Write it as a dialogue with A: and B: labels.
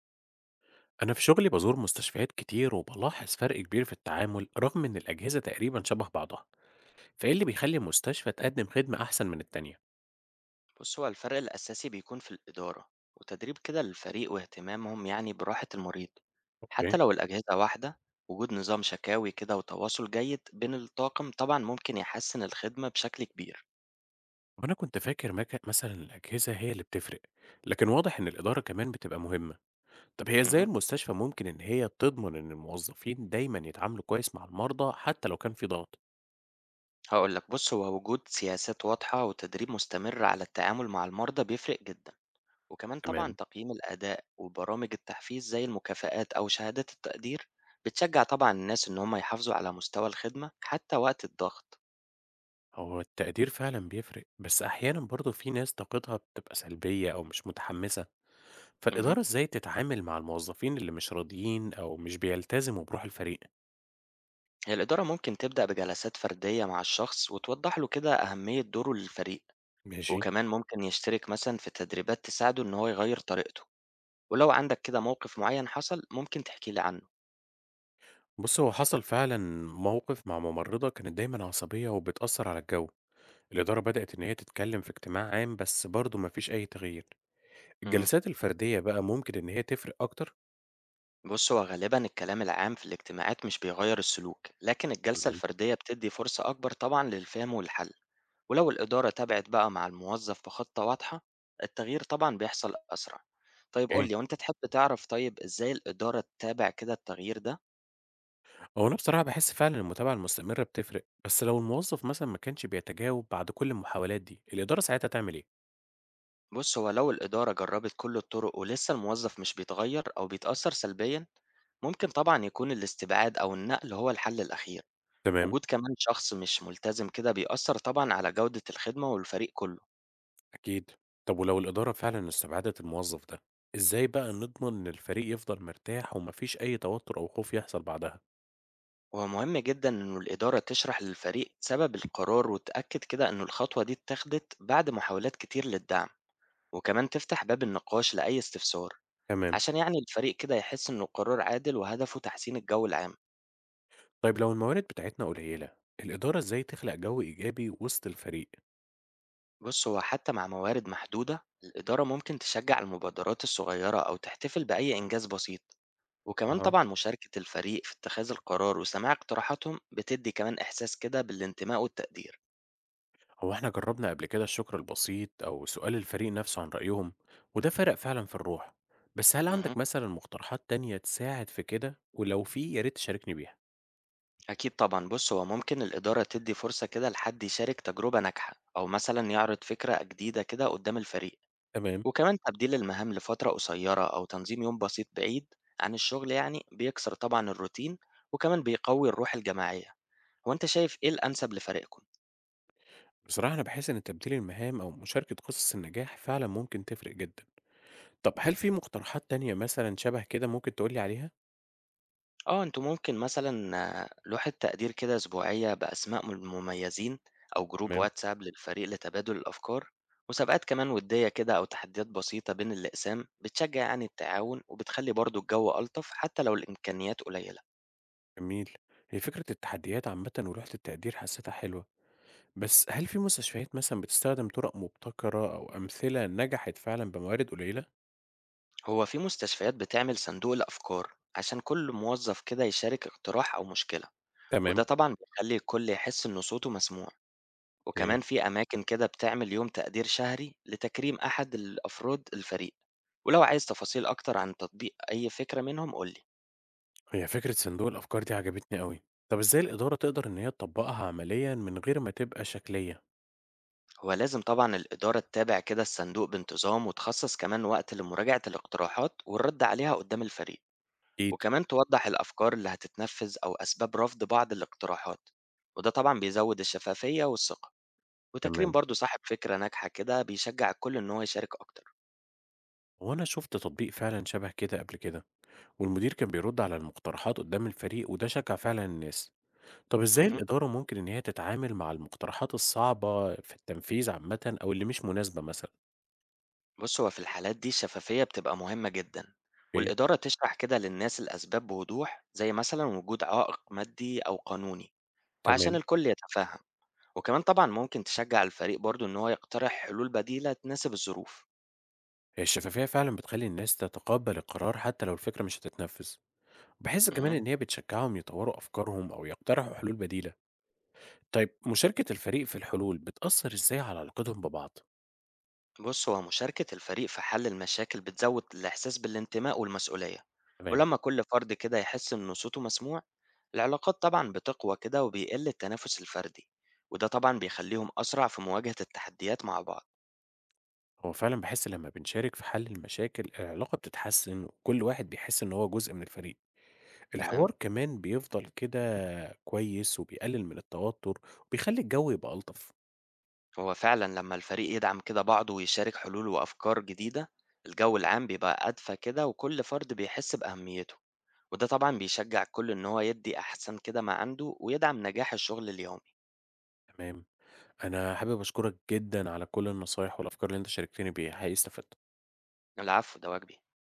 A: أنا في شغلي بزور مستشفيات كتير وبلاحظ فرق كبير في التعامل رغم إن الأجهزة تقريبا شبه بعضها، فإيه اللي بيخلي مستشفى تقدم خدمة أحسن من التانية؟
B: بص، هو الفرق الأساسي بيكون في الإدارة وتدريب كده للفريق واهتمامهم يعني براحة المريض
A: اوكي.
B: حتى لو الأجهزة واحدة. وجود نظام شكاوي كده وتواصل جيد بين الطاقم طبعا ممكن يحسن الخدمة بشكل كبير.
A: وأنا كنت فاكر مثلا الأجهزة هي اللي بتفرق، لكن واضح إن الإدارة كمان بتبقى مهمة، طب هي إزاي
B: مه.
A: المستشفى ممكن إن هي تضمن إن الموظفين دايما يتعاملوا كويس مع المرضى حتى لو كان في ضغط؟
B: هقول لك، بص هو وجود سياسات واضحة وتدريب مستمر على التعامل مع المرضى بيفرق جدا، وكمان طبعا
A: تمام.
B: تقييم الأداء وبرامج التحفيز زي المكافآت أو شهادات التقدير بتشجع طبعا الناس إن هم يحافظوا على مستوى الخدمة حتى وقت الضغط.
A: هو التقدير فعلا بيفرق، بس أحيانا برضه في ناس طاقتها بتبقى سلبية أو مش متحمسة،
B: مه.
A: فالإدارة إزاي تتعامل مع الموظفين اللي مش راضيين أو مش بيلتزموا بروح الفريق؟
B: هي الإدارة ممكن تبدأ بجلسات فردية مع الشخص وتوضح له كده أهمية دوره للفريق،
A: ماشي.
B: وكمان ممكن يشترك مثلا في تدريبات تساعده إن هو يغير طريقته. ولو عندك كده موقف معين حصل، ممكن تحكي لي عنه.
A: بص، هو حصل فعلا موقف مع ممرضة كانت دايما عصبية وبتأثر على الجو. الإدارة بدأت إن هي تتكلم في اجتماع عام بس برضه مفيش أي تغيير.
B: امم
A: الجلسات الفردية بقى ممكن إن هي تفرق أكتر؟
B: بص، هو غالبا الكلام العام في الاجتماعات مش بيغير السلوك، لكن الجلسة
A: تمام.
B: الفردية بتدي فرصة أكبر طبعا للفهم والحل. ولو الإدارة تابعت بقى مع الموظف بخطة واضحة، التغيير طبعا بيحصل أسرع. طيب قول
A: ايه،
B: لي، وأنت تحب تعرف، طيب إزاي الإدارة تتابع كده التغيير ده؟
A: هو أنا بصراحة بحس فعلا المتابعة المستمرة بتفرق، بس لو الموظف مثلا ما كانش بيتجاوب بعد كل المحاولات دي الإدارة ساعتها تعمل إيه؟
B: بُص، هو لو الإدارة جرّبت كل الطرق ولسه الموظف مش بيتغيّر أو بيتأثّر سلبيًا، ممكن طبعًا يكون الاستبعاد أو النقل هو الحل الأخير.
A: تمام.
B: وجود كمان شخص مش ملتزم كده بيأثّر طبعًا على جودة الخدمة والفريق كُلّه.
A: أكيد. طب ولو الإدارة فعلا استبعدت الموظف ده، إزاي بقى نضمن إن الفريق يفضل مرتاح ومفيش أي توتر أو خوف يحصل بعدها؟
B: وهو مهم جدًا إنه الإدارة تشرح للفريق سبب القرار وتأكد كده إنه الخطوة دي اتّاخدت بعد محاولات كتير للدعم، وكمان تفتح باب النقاش لأي استفسار،
A: تمام.
B: عشان يعني الفريق كده يحس إنه قرار عادل وهدفه تحسين الجو العام.
A: طيب لو الموارد بتاعتنا قليلة الإدارة إزاي تخلق جو إيجابي وسط الفريق؟
B: بص، هو حتى مع موارد محدودة الإدارة ممكن تشجع المبادرات الصغيرة أو تحتفل بأي إنجاز بسيط، وكمان
A: أها.
B: طبعا مشاركة الفريق في اتخاذ القرار وسماع اقتراحاتهم بتدي كمان إحساس كده بالانتماء والتقدير.
A: هو إحنا جربنا قبل كده الشكر البسيط أو سؤال الفريق نفسه عن رأيهم، وده فرق فعلا في الروح. بس هل
B: مه.
A: عندك مثلا مقترحات تانية تساعد في كده؟ ولو في يا ريت تشاركني بيها.
B: أكيد طبعا، بص هو ممكن الإدارة تدي فرصة كده لحد يشارك تجربة ناجحة أو مثلا يعرض فكرة جديدة كده قدام الفريق.
A: تمام.
B: وكمان تبديل المهام لفترة قصيرة أو تنظيم يوم بسيط بعيد عن الشغل يعني بيكسر طبعا الروتين، وكمان بيقوي الروح الجماعية. هو أنت شايف إيه الأنسب لفريقكم؟
A: بصراحة أنا بحس إن تبديل المهام أو مشاركة قصص النجاح فعلا ممكن تفرق جدا. طب هل في مقترحات تانية مثلًا شبه كده ممكن تقول لي عليها؟
B: آه، أنتم ممكن مثلًا، آه، لوحة تقدير كده أسبوعية بأسماء م المميزين، أو جروب
A: تمام،
B: واتساب للفريق لتبادل الأفكار، وسباقات كمان ودية كده أو تحديات بسيطة بين الأقسام بتشجّع يعني التعاون وبتخلّي برضه الجو ألطف حتى لو الإمكانيات قليلة.
A: جميل. هي فكرة التحديات عامةً ولوحة التقدير حسيتها حلوة، بس هل في مستشفيات مثلًا بتستخدم طرق مبتكرة أو أمثلة نجحت فعلًا بموارد قليلة؟
B: هو في مستشفيات بتعمل صندوق الأفكار عشان كل موظف كده يشارك اقتراح أو مشكلة، وده
A: تمام،
B: طبعًا بيخلّي الكل يحس إن صوته مسموع.
A: أوكي.
B: وكمان في أماكن كده بتعمل يوم تقدير شهري لتكريم أحد الأفراد الفريق. ولو عايز تفاصيل أكتر عن تطبيق أي فكرة منهم قولي.
A: هي فكرة صندوق الأفكار دي عجبتني أوي. طب إزاي الإدارة تقدر إن هي تطبقها عمليًا من غير ما تبقى شكلية؟
B: هو لازم طبعا الإدارة تتابع كده الصندوق بانتظام وتخصص كمان وقت لمراجعة الاقتراحات والرد عليها قدام الفريق،
A: أكيد،
B: وكمان توضح الأفكار اللي هتتنفذ أو أسباب رفض بعض الاقتراحات، وده طبعا بيزود الشفافية والثقة. وتكريم
A: تمام.
B: برضو صاحب فكرة ناجحة كده بيشجع الكل إن هو يشارك أكتر.
A: هو أنا شُفت تطبيق فعلًا شبه كده قبل كده، والمدير كان بيرد على المقترحات قدام الفريق وده شجع فعلًا الناس. طب إزاي
B: مهم.
A: الإدارة ممكن إن هي تتعامل مع المقترحات الصعبة في التنفيذ عامةً أو اللي مش مناسبة مثلًا؟
B: بص، هو في الحالات دي الشفافية بتبقى مهمة جدا،
A: أوكي،
B: والإدارة تشرح كده للناس الأسباب بوضوح زي مثلا وجود عائق مادي أو قانوني، وعشان
A: تمام.
B: الكل يتفهم. وكمان طبعا ممكن تشجع الفريق برضو إن هو يقترح حلول بديلة تناسب الظروف.
A: هي الشفافية فعلًا بتخلّي الناس تتقبّل القرار حتى لو الفكرة مش هتتنفّذ. باحس كمان
B: مهم.
A: إن هي بتشجّعهم يطوّروا أفكارهم أو يقترحوا حلول بديلة. طيب مشاركة الفريق في الحلول بتأثّر إزاي على علاقتهم ببعض؟
B: بص، هو مشاركة الفريق في حل المشاكل بتزود الإحساس بالانتماء والمسؤولية.
A: تمام.
B: ولما كل فرد كده يحس إن صوته مسموع، العلاقات طبعا بتقوى كده وبيقل التنافس الفردي، وده طبعا بيخليهم أسرع في مواجهة التحديات مع بعض.
A: هو فعلًا باحس لمّا بنشارك في حل المشاكل، العلاقة بتتحسّن وكل واحد بيحس إن هو جزء من الفريق.
B: تمام.
A: الحوار كمان بيفضل كده كويس وبيقلل من التوتر وبيخلي الجو يبقى ألطف.
B: هو فعلًا لمّا الفريق يدعم كده بعضه ويشارك حلول وأفكار جديدة، الجو العام بيبقى أدفى كده وكل فرد بيحس بأهميته، وده طبعًا بيشجع الكل إن هو يدّي أحسن كده ما عنده ويدعم نجاح الشغل اليومي.
A: تمام. أنا حابب أشكرك جدا على كل النصايح والأفكار اللي أنت شاركتني بيها، حقيقي استفدت.
B: العفو، ده واجبي.